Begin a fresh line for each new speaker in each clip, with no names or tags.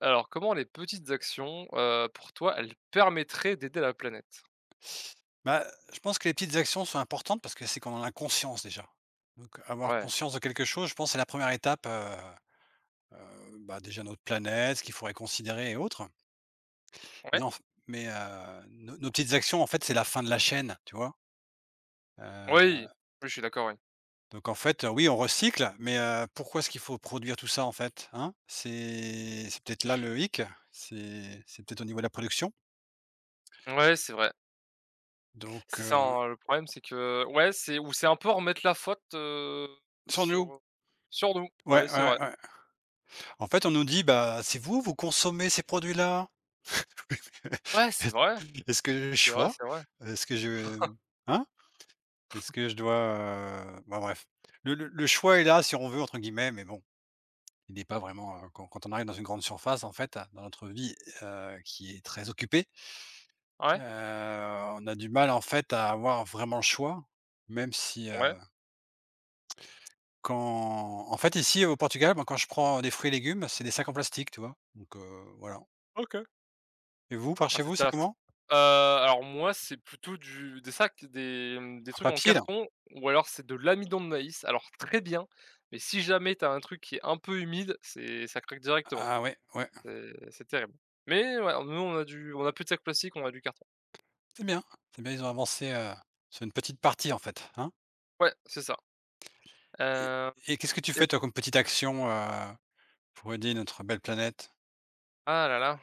Alors, comment les petites actions, pour toi, elles permettraient d'aider la planète?
Bah, je pense que les petites actions sont importantes parce que c'est qu'on en a conscience déjà. Donc avoir
Ouais.
conscience de quelque chose, je pense, c'est la première étape. Déjà notre planète, ce qu'il faudrait considérer et autres.
Ouais.
Mais enf mais nos petites actions, en fait, c'est la fin de la chaîne, tu vois?
Oui.
Heu,
Oui, je suis d'accord, oui.
donc en fait, oui, on recycle, mais pourquoi est-ce qu'il faut produire tout ça, en fait, hein? C'est peut-être là le hic, c'est peut-être au niveau de la production.
Ouais, c'est vrai.
Donc
C'est ça,
heu,
hein, le problème, c'est que ouais, c'est un peu remettre la faute,
sans nous.
sur, sur nous.
Ouais,
Ouais, c'est vrai.
ouais, ouais. En fait, on nous dit: «Bah, c'est vous, vous consommez ces produits-là».
Ouais, c'est
Est-ce
vrai,
est-ce que je
c'est vrai,
choix?
c'est vrai.
Est-ce que je hein? Est-ce que je dois, bah, bref. Le choix est là si on veut entre guillemets, mais bon, il n'est pas vraiment, quand on arrive dans une grande surface en fait, dans notre vie, qui est très occupée,
Ouais,
on a du mal en fait à avoir vraiment le choix, même si,
ouais,
quand en fait ici au Portugal, moi quand je prends des fruits et légumes, c'est des sacs en plastique, tu vois? Donc, voilà.
OK.
Et vous, par
Ah,
chez
c'est
vous, c'est
ta f
comment?
alors moi, c'est plutôt du des sacs, des, mmh, des
En
trucs en
papier là?
carton ou alors c'est de l'amidon de maïs. Alors très bien, mais si jamais t'as un truc qui est un peu humide, c'est ça craque directement.
Ah ouais, ouais.
C'est terrible. Mais ouais, nous on a du on a plus de sac plastique, on a du carton.
C'est bien, c'est bien, ils ont avancé, sur une petite partie en fait, hein?
Ouais, c'est ça.
Et
Hem
et qu'est-ce que tu fais
et
toi comme petite action, pour aider notre belle planète?
ah là là,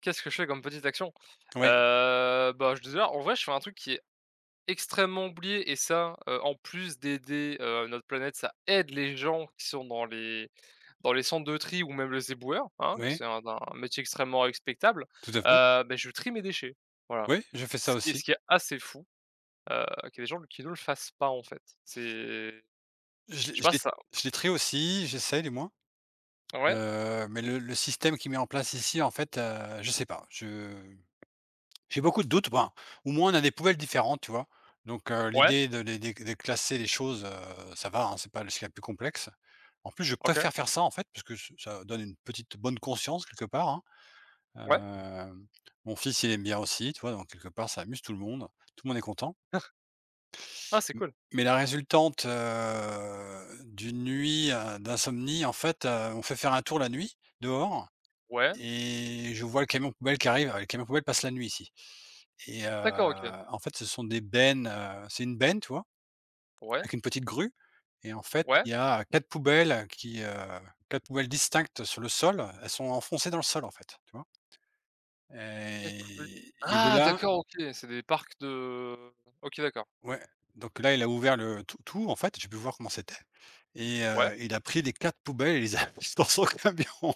qu'est-ce que je fais comme petite action?
Oui,
Bah, je disais, en vrai, je fais un truc qui est extrêmement oublié et ça, en plus d'aider, notre planète, ça aide les gens qui sont dans les centres de tri ou même les éboueurs, hein, qui
oui,
c'est un métier extrêmement respectable.
tout à fait.
Beh, je trie mes déchets. Voilà.
Oui, je fais ça
Ce
aussi.
qui est assez fou, heu, qu'il y ait des gens qui ne le fassent pas, en fait. C'est
Je
je sais
les je
pas
les
ça
je les trie aussi, j'essaie du moins,
ouais.
heu, mais le système qu'ils mettent en place ici en fait, je sais pas, je j'ai beaucoup de doutes, ben, au moins on a des poubelles différentes, tu vois?
Ouais,
L'idée de classer les choses, ça va, hein, c'est pas ce qu'il y a de plus complexe. En plus, je
OK,
préfère faire ça, en fait, parce que ce ça donne une petite bonne conscience quelque part, hein.
ouais.
Hem, mon fils, il aime bien aussi, tu vois? Donc quelque part, ça amuse tout le monde est content.
Ah, c'est
M
cool.
mais la résultante, d'une nuit, d'insomnie, en fait, on fait faire un tour la nuit, dehors
Ouais,
et je vois le camion poubelle qui arrive. Le camion poubelle passe la nuit ici et
d'accord, OK.
en fait, ce sont des bennes, c'est une benne, tu vois?
Ouais,
Avec une petite grue et en fait,
ouais.
il y a 4 poubelles qui, 4 poubelles distinctes sur le sol. Elles sont enfoncées dans le sol, en fait, tu vois?
Qu'est-ce qu'on peut
Et de
ah
là
d'accord, OK, c'est des parcs de OK, d'accord.
ouais, donc là, il a ouvert le tout, en fait, j'ai pu voir comment c'était et
Ouais,
il a pris les 4 poubelles et il les a mises dans son camion.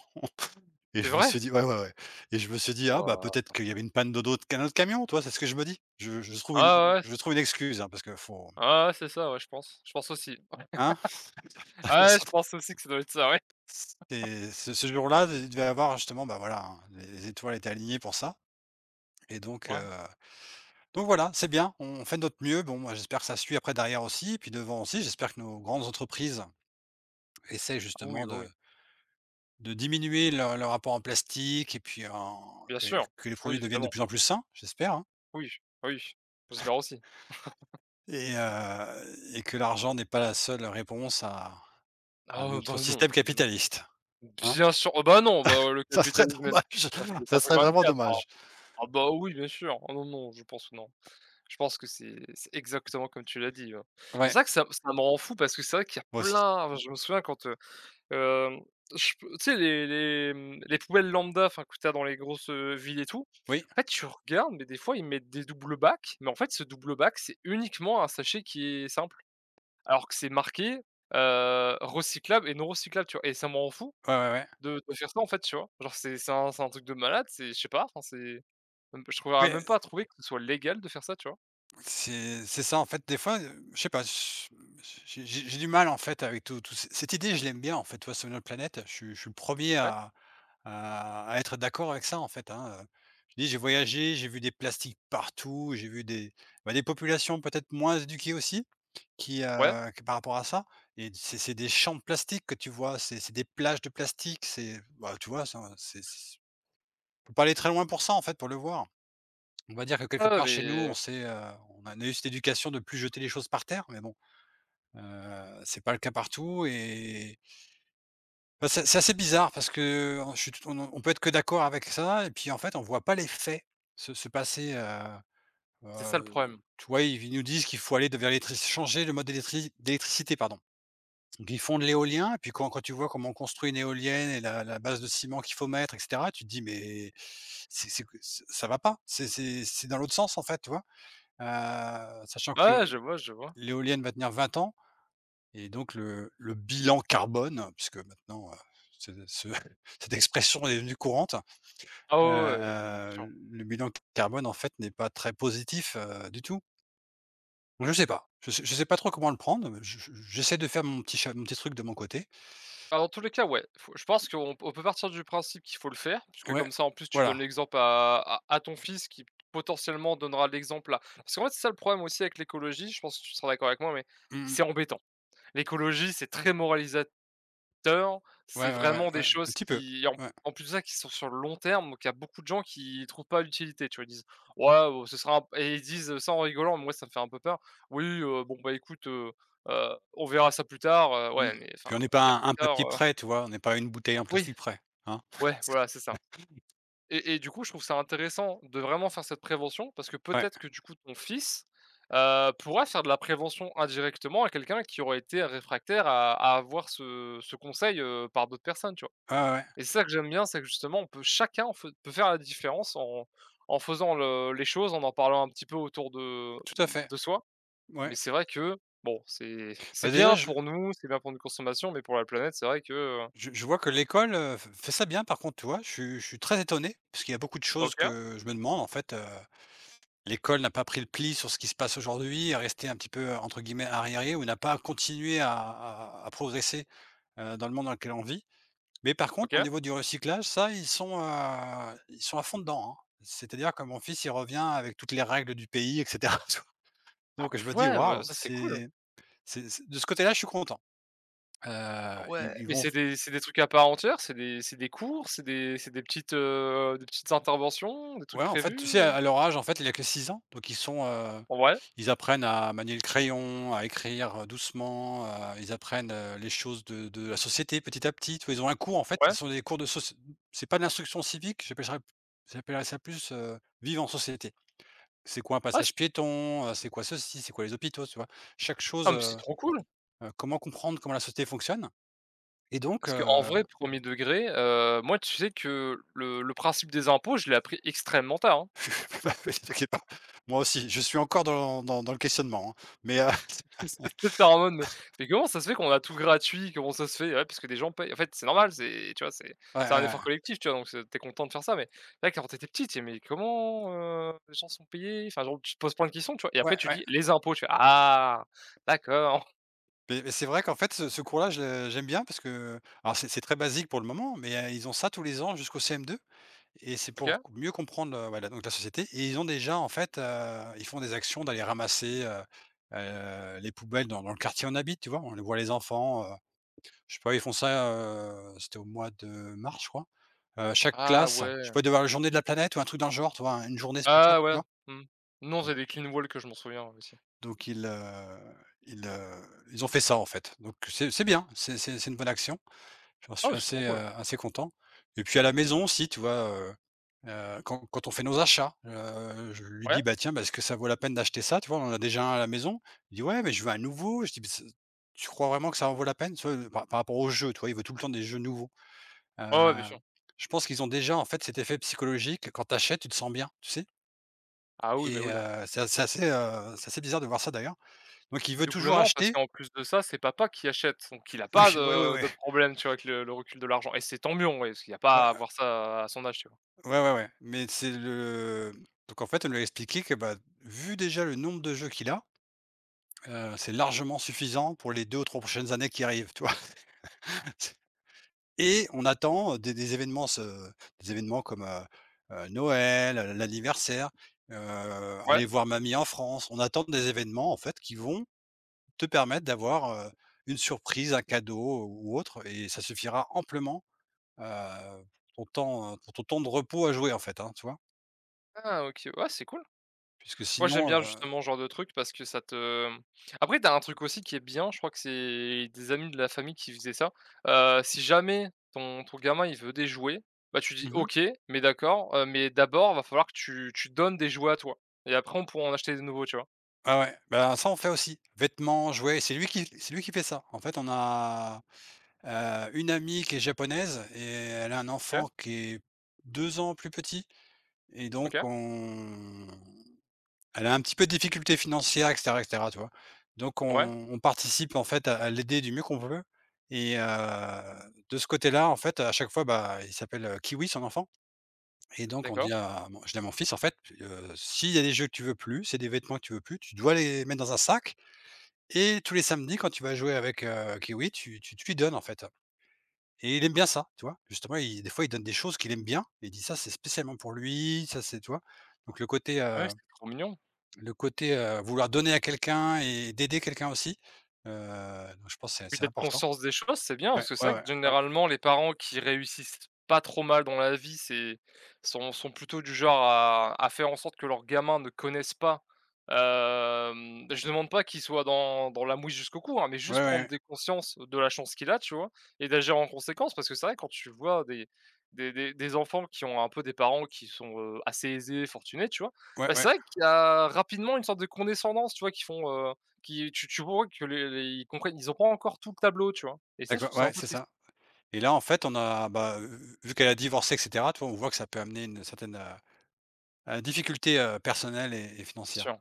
Et
c'est
je me
vrai?
suis dit ouais, ouais, ouais et je me suis dit: «Ah bah,
Waouh.
peut-être qu'il y avait une panne d'eau de qu'un autre camion», toi. C'est ce que je me dis. Je trouve
Ah ouais, c
une excuse, hein, parce que faut
ah ouais, c'est ça, ouais, je pense. Je pense aussi.
hein?
Ah ouais, je pense aussi que ça doit être ça, ouais.
C'est ce jour-là, il devait y avoir justement, bah, voilà, hein, les étoiles étaient alignées pour ça et donc heu,
Ouais.
donc voilà, c'est bien, on fait de notre mieux. Bon, moi, j'espère que ça suit après derrière aussi puis devant aussi. J'espère que nos grandes entreprises essaient
Ah oui,
justement
bah oui.
de diminuer leur apport en plastique et puis en
Bien sûr.
que les
Oui,
produits deviennent de
évidemment.
plus en plus sains, j'espère, hein.
Oui, oui, j'espère aussi.
Et que l'argent n'est pas la seule réponse
Ah
à
ouais,
notre
bah
système
non, non.
capitaliste, hein?
Bien sûr, oh bah non, bah, le
Ça serait
capitalisme
dommage,
ça
ça
fait
serait vraiment
24 hein.
dommage.
Ah bah oui, bien sûr. Ah non, non, je pense que non. Je pense que c'est exactement comme tu l'as dit, ouais. Mais c'est
Ouais,
vrai que ça me rend fou parce que c'est vrai qu'il y a
moi aussi.
plein enfin, je me souviens quand, hem, je peux tu sais les, mmh, les poubelles lambda, enfin, que tu as dans les grosses, villes et tout.
Oui,
En fait, tu regardes, mais des fois, ils mettent des doubles bacs, mais en fait, ce double bac, c'est uniquement un sachet qui est simple, alors que c'est marqué, recyclable et non recyclable, tu vois? Et ça me rend fou
ouais, ouais, ouais.
de faire ça, en fait, tu vois? Genre c'est un truc de malade, c'est je sais pas, enfin, c'est je trouverais même pas
Mais
à trouver que ce soit légal de faire ça, tu vois?
c'est ça, en fait, des fois, je sais pas, j j'ai du mal, en fait, avec tout tout c cette idée, je l'aime bien, en fait, tu vois? Notre planète, je suis le premier
Ouais,
à être d'accord avec ça, en fait, hein. Je dis j'ai voyagé, j'ai vu des plastiques partout, j'ai vu des bah, des populations peut-être moins éduquées aussi, qui,
ouais.
que par rapport à ça et c'est des champs de plastique que tu vois, c'est des plages de plastique, c'est bah, tu vois, ça c'est faut pas aller très loin pour ça, en fait, pour le voir. On va dire que
Ouais,
quelque
ouais,
part chez nous,
mais
on a eu cette éducation de plus jeter les choses par terre, mais bon, c'est pas le cas partout et bah, c'est assez bizarre parce que on je suis tout on peut être que d'accord avec ça et puis en fait on voit pas les faits se passer,
c'est ça le
heu,
problème.
tu vois? Ils nous disent qu'il faut aller de vers l'électric changer le mode d'électricité, pardon. Donc ils font de l'éolien et puis quand tu vois comment on construit une éolienne et la base de ciment qu'il faut mettre et cetera, tu te dis: «Mais c'est que ç ça va pas, c'est dans l'autre sens en fait», tu vois? Sachant que
Ouais, je vois, je vois.
l'éolienne va tenir 20 ans et donc le bilan carbone, puisque maintenant, ce ce cette expression est devenue courante,
Ah
heu,
ouais, ouais, ouais, bien sûr.
le bilan carbone, en fait, n'est pas très positif, du tout. Je sais pas, je sais pas trop comment le prendre, mais je j'essaie de faire mon petit truc de mon côté.
Bah, dans tous les cas, ouais, faut je pense qu'on on peut partir du principe qu'il faut le faire, puisque
Ouais,
comme ça, en plus, tu
voilà.
donnes l'exemple à ton fils qui potentiellement donnera l'exemple là. Parce qu'en fait, c'est ça le problème aussi avec l'écologie, je pense que tu seras d'accord avec moi, mais
Mmh.
c'est embêtant. L'écologie, c'est très moralisateur Heures,
Ouais,
c'est
ouais, ouais,
vraiment des
ouais, un
choses
petit peu.
qui en
Ouais.
en plus de ça, qui sont sur le long terme, donc il y a beaucoup de gens qui trouvent pas l'utilité, tu vois? Ils disent: «Ouais, ce sera un et ils disent ça en rigolant, mais moi ça me fait un peu peur: «Oui, bon, bah, écoute, on verra ça plus tard»,
Mmh.
ouais, mais enfin,
Puis on n'est
dire
pas à
plus
un
tard,
papier prêt, tu vois? On n'est pas une bouteille en
oui,
plastique prêt. Hein?
ouais, voilà, c'est ça et du coup, je trouve ça intéressant de vraiment faire cette prévention parce que
Ouais.
peut-être que, du coup, ton fils, pourra faire de la prévention indirectement à quelqu'un qui aurait été réfractaire à avoir ce conseil, par d'autres personnes, tu vois?
Ouais, ouais, ouais,
Et c'est ça que j'aime bien, c'est que justement on peut chacun fai peut faire la différence en en faisant le les choses, en en parlant un petit peu autour
tout à fait.
de soi. Mais
Ouais.
c'est vrai que, bon, c'est
Bah,
c'est
déjà
bien
je
pour nous, c'est bien pour notre consommation, mais pour la planète, c'est vrai que,
Je je vois que l'école, f fait ça bien par contre, tu vois? Je suis très étonné, parce qu'il y a beaucoup de choses
OK,
que je me demande en fait, l'école n'a pas pris le pli sur ce qui se passe aujourd'hui, est restée un petit peu, entre guillemets «arriérée» ou n'a pas continué à progresser, dans le monde dans lequel on vit. Mais par contre, au
OK.
niveau du recyclage, ça, ils sont à fond dedans, hein. C'est-à-dire que mon fils, il revient avec toutes les règles du pays et cetera, tu vois?
Ah
Donc je me dis:
ouais, mais
«Waouh!»
ça, c'est cool.
C'est de ce côté-là, je suis content. Heu,
Ah ouais,
ils ils
mais
vont
c'est des trucs à part entière, c'est des cours, c'est des petites interventions, des trucs
Ouais, en fait, tu sais,
prévus, heu?
à leur âge, en fait, il a que 6 ans, donc ils sont,
Ouais,
ils apprennent à manier le crayon, à écrire, doucement, ils apprennent, les choses de la société petit à petit, tu vois? Ils ont un cours, en fait,
ouais.
ce sont des cours de soci c'est pas de l'instruction civique, j'appellerais ça plus, vivre en société. C'est quoi un
Ah, c'est
passage piéton? C'est quoi ceci? C'est quoi les hôpitaux? Tu vois? Chaque
ah
chose,
mais c'est trop cool!
comment comprendre comment la société fonctionne et
Parce qu'en vrai, premier degré, moi, tu sais que le principe des impôts, je l'ai appris extrêmement tard, hein.
bah, oui, t'inquiète pas. Moi aussi, je suis encore dans dans le questionnement, hein, mais
J'étais en mode: mais comment ça se fait qu'on a tout gratuit? Comment ça se fait?» Ouais, parce que des gens payent. En fait, c'est normal, c'est tu vois,
ouais,
c'est un
ouais.
effort collectif, tu vois? Donc c'est tu content de faire ça, mais là, quand t'étais étais petit, tu dis: «Mais comment, les gens sont payés?» Enfin, genre, tu te poses plein de questions, tu vois? Et après,
Ouais,
tu
ouais.
dis: «Les impôts», tu fais: «Ah, d'accord,
Mais c'est vrai qu'en fait, ce cours-là, je le j'aime bien parce que alors c'est très basique pour le moment, mais ils ont ça tous les ans jusqu'au CM2 et c'est
OK.
pour co mieux comprendre, voilà donc la société et ils ont déjà en fait, ils font des actions d'aller ramasser, les poubelles dans le quartier où on habite, tu vois? On les voit les enfants, je sais pas, ils font ça, c'était au mois de mars, je crois. Chaque
Ah
classe, je sais
ouais,
pas, il la journée de la planète ou un truc dans le genre, tu vois? Une journée spéciale,
ah
tu
ouais,
vois?
mmh». Non, c'est des clean walls que je m'en souviens, aussi.
Donc ils, heu, ils, heu, ils ont fait ça en fait. Donc c'est bien, c'est une bonne action. J'en
Ah,
suis
c'est trop
assez,
cool.
assez content. Et puis à la maison aussi, tu vois, quand on fait nos achats, je lui dis:
Ouais?
«Bah tiens, bah, est-ce que ça vaut la peine d'acheter ça?» tu vois? On en a déjà un à la maison. Il dit: «Ouais, mais je veux un nouveau». Je dis: «Mais c'est tu crois vraiment que ça en vaut la peine?» tu vois? Par par rapport aux jeux, tu vois? Il veut tout le temps des jeux nouveaux. Heu,
Oh ouais, bien sûr.
je pense qu'ils ont déjà en fait cet effet psychologique, quand tu achètes, tu te sens bien, tu sais?
Ah oui, mais
Et
oui, hein.
c'est assez bizarre de voir ça d'ailleurs. Donc il
Et
veut toujours
doublement parce
acheter?
qu'en plus de ça, c'est papa qui achète, donc il a
Oui,
pas
oui, oui, oui.
de problème, tu vois, avec le recul de l'argent et c'est tant mieux en vrai, parce qu'il y a pas à
Ouais,
avoir ça à son âge, tu vois?
ouais, ouais, ouais. Mais c'est le. En fait, on lui a expliqué que, bah, vu déjà le nombre de jeux qu'il a, c'est largement suffisant pour les 2 ou 3 prochaines années qui arrivent, tu vois? Et on attend, des événements se des événements comme, Noël, l'anniversaire, heu,
Ouais?
aller voir mamie en France. On attend des événements, en fait, qui vont te permettre d'avoir, une surprise, un cadeau ou autre et ça suffira amplement Heu, pour ton temps de repos à jouer, en fait, hein, tu vois?
Ah OK, ouais, c'est cool.
Puisque
Moi, j'aime
sinon,
bien justement ce genre de truc parce que ça te après, tu as un truc aussi qui est bien, je crois que c'est des amis de la famille qui faisaient ça, si jamais ton gamin, il veut des jouets, bah, tu dis:
mmh.
«OK, mais d'accord, mais d'abord, va falloir que tu donnes des jouets à toi et après on pourra en acheter des nouveaux», tu vois?
Ah ouais, ben ça, on fait aussi. Vêtements, jouets, c'est lui qui fait ça. En fait, on a, une amie qui est japonaise et elle a un
OK,
enfant qui est 2 ans plus petit et donc
OK,
on elle a un petit peu de difficultés financières et cetera, tu vois? Donc
ouais,
on participe, en fait, à l'aider du mieux qu'on peut et de ce côté-là, en fait, à chaque fois, bah, il s'appelle, Kiwi, son enfant. Et donc on dit
d'accord.
à mon je dis à mon fils en fait, «S'il y a des jeux que tu veux plus, c'est des vêtements que tu veux plus, tu dois les mettre dans un sac et tous les samedis quand tu vas jouer avec, Kiwi, tu lui donnes en fait». Et il aime bien ça, tu vois? Justement, il des fois il donne des choses qu'il aime bien et il dit: «Ça, c'est spécialement pour lui, ça c'est» tu vois? Donc le côté,
Ah oui, c'est trop mignon.
vouloir donner à quelqu'un et d'aider quelqu'un aussi, heu, donc je pense que c'est
Puis
c'est
d'être
important.
conscience des choses, c'est bien,
Ouais,
parce que c'est
ouais,
vrai que
ouais, ouais,
généralement les parents qui réussissent pas trop mal dans la vie, c'est sont sont plutôt du genre à faire en sorte que leurs gamins ne connaissent pas, hem, je demande pas qu'ils soient dans dans la mouise jusqu'au cou, hein, mais
ouais,
juste
ouais,
prendre
ouais,
des consciences de la chance qu'il a, tu vois? Et d'agir en conséquence parce que c'est vrai quand tu vois des enfants qui ont un peu des parents qui sont, assez aisés, fortunés, tu vois?
ouais,
Bah, c'est
ouais,
vrai qu'il y a rapidement une sorte de condescendance, tu vois? Qui font, qui tu vois que les ils comprennent ils ont pas encore tout le tableau, tu vois? Et ça, je trouve
d'accord,
ça
ouais,
un peu
c'est
triste.
ça. Et là, en fait, on a, bah, vu qu'elle a divorcé et cetera, tu vois, on voit que ça peut amener une certaine, difficulté, personnelle et financière.
Sûr.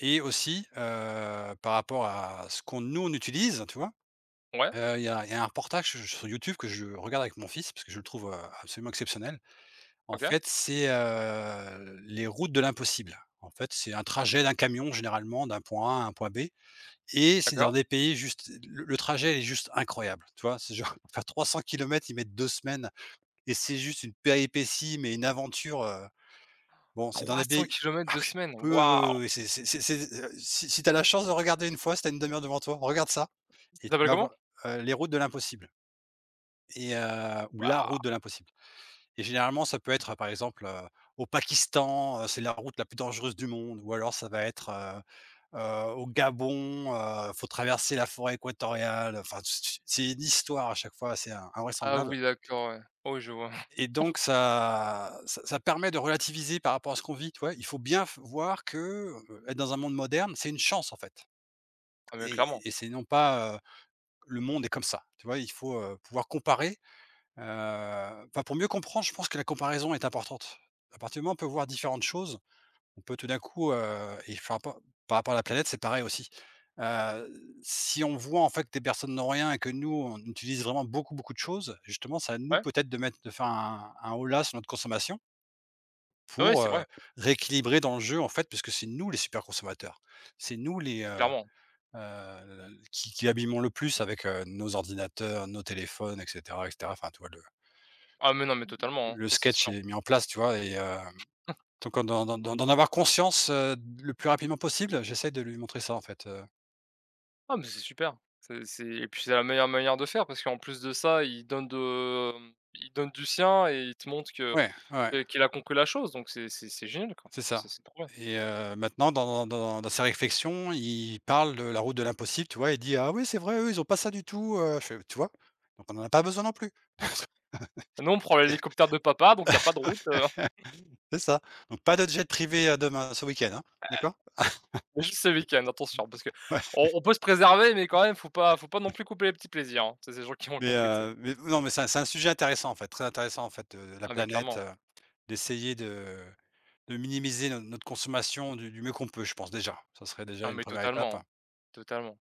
Et aussi, par rapport à ce qu'on nous, on utilise, tu vois?
Ouais,
Il y a un reportage su sur YouTube que je regarde avec mon fils parce que je le trouve, absolument exceptionnel. En
OK,
fait, c'est, les routes de l'impossible. En fait, c'est un trajet d'un camion généralement d'un point A à un point B et c'est dans
d'accord.
des pays juste le trajet il est juste incroyable, tu vois? C'est genre pour faire 300 kilomètres, ils mettent 2 semaines et c'est juste une péripétie, mais une aventure, bon, c'est dans
trois
des
cents
pays
kilomètres
ah
de
oui,
semaine,
oui, oui, oui,
waouh!
oui, oui, si si tu la chance de regarder une fois, si tu une 1 heure devant toi, regarde ça
Ça
et tu
s'appelle
vas
comment?
voir, Les Routes de l'Impossible et ou La Route
Waouh!
de l'Impossible. Et généralement, ça peut être, par exemple, au Pakistan, c'est la route la plus dangereuse du monde ou alors ça va être, au Gabon, faut traverser la forêt équatoriale, enfin, c'est une histoire à chaque fois, c'est in
Ah
invraisemblable.
oui, d'accord, ouais. Oui, je vois.
Et donc ça permet de relativiser par rapport à ce qu'on vit, tu vois? Il faut bien f voir que, être dans un monde moderne, c'est une chance en fait
Ah mais clairement.
et c'est non pas, le monde est comme ça, tu vois? Il faut, pouvoir comparer, enfin pour mieux comprendre, je pense que la comparaison est importante. À partir du moment où on peut voir différentes choses, on peut tout d'un coup, et enfin par rapport à la planète, c'est pareil aussi. Si on voit en fait que des personnes n'ont rien et que nous, on utilise vraiment beaucoup, beaucoup de choses, justement, ça nous
Ouais,
peut-être de mettre de faire un holà sur notre consommation
ouais,
pour,
c'est vrai,
rééquilibrer dans le jeu, en fait, parce que c'est nous les super consommateurs. C'est nous les,
clairement.
qui abîmons le plus avec, nos ordinateurs, nos téléphones et cetera et cetera. Enfin, tu vois,
Ah mais non, mais totalement, hein,
le
ça c'est
sketch
sûr.
est mis en place, tu vois? Et donc, en d'en d'en d'en d'en avoir conscience, le plus rapidement possible, j'essaie de lui montrer ça, en fait,
Ah mais c'est super. C'est Et puis c'est la meilleure manière de faire parce qu'en plus de ça, il donne du sien et il te montre que
Ouais, ouais,
qu'il a compris la chose, donc c'est c'est génial, quoi.
c'est ça
C'est trop bien.
et maintenant dans ses réflexions, il parle de La route de l'impossible, tu vois? Il dit: «Ah oui, c'est vrai, eux, ils ont pas ça du tout,» Je fais: «Tu vois? Donc on en a pas besoin non plus».
Nous, on prend l'hélicoptère de papa, donc il y a pas de route,
C'est ça. Donc pas de jet privé, demain ce week-end, hein, d'accord?
mais juste ce week-end, attention, parce que
Ouais,
on peut se préserver, mais quand même, faut pas non plus couper les petits plaisirs, hein. C'est les gens qui m'ont compris, tu sais?
mais non, mais c'est un sujet intéressant, en fait, très intéressant, en fait, la
Ah mais
planète,
clairement.
d'essayer de minimiser no notre consommation du mieux qu'on peut, je pense déjà. Ça serait
Ah
déjà une
mais
première étape
totalement, totalement.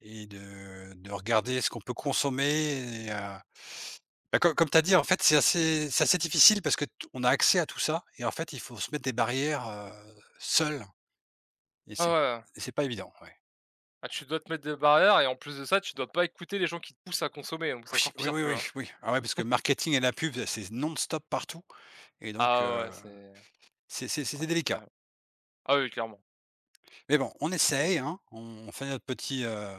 et de regarder ce qu'on peut consommer et bah, comme tu as dit, en fait, c'est assez difficile parce que t on a accès à tout ça et en fait, il faut se mettre des barrières, seul et c'est
Ah ouais, ouais.
et c'est pas évident, ouais.
Ah, tu dois te mettre des barrières et en plus de ça, tu dois pas écouter les gens qui te poussent à consommer, donc c'est
Oui,
encore
oui,
pire,
oui,
tu
oui,
vois?
oui. Ah ouais, parce que le marketing et la pub, c'est non-stop partout et donc
Ah ouais, ouais, c'est
c'est c'est
ah
c'est
c'est
délicat.
terrible. Ah oui, clairement.
Mais bon, on
Ça, c'est
essaye, hein, on fait notre petit,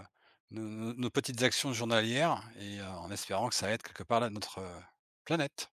nos petites actions journalières et en espérant que ça aide quelque part là notre, planète.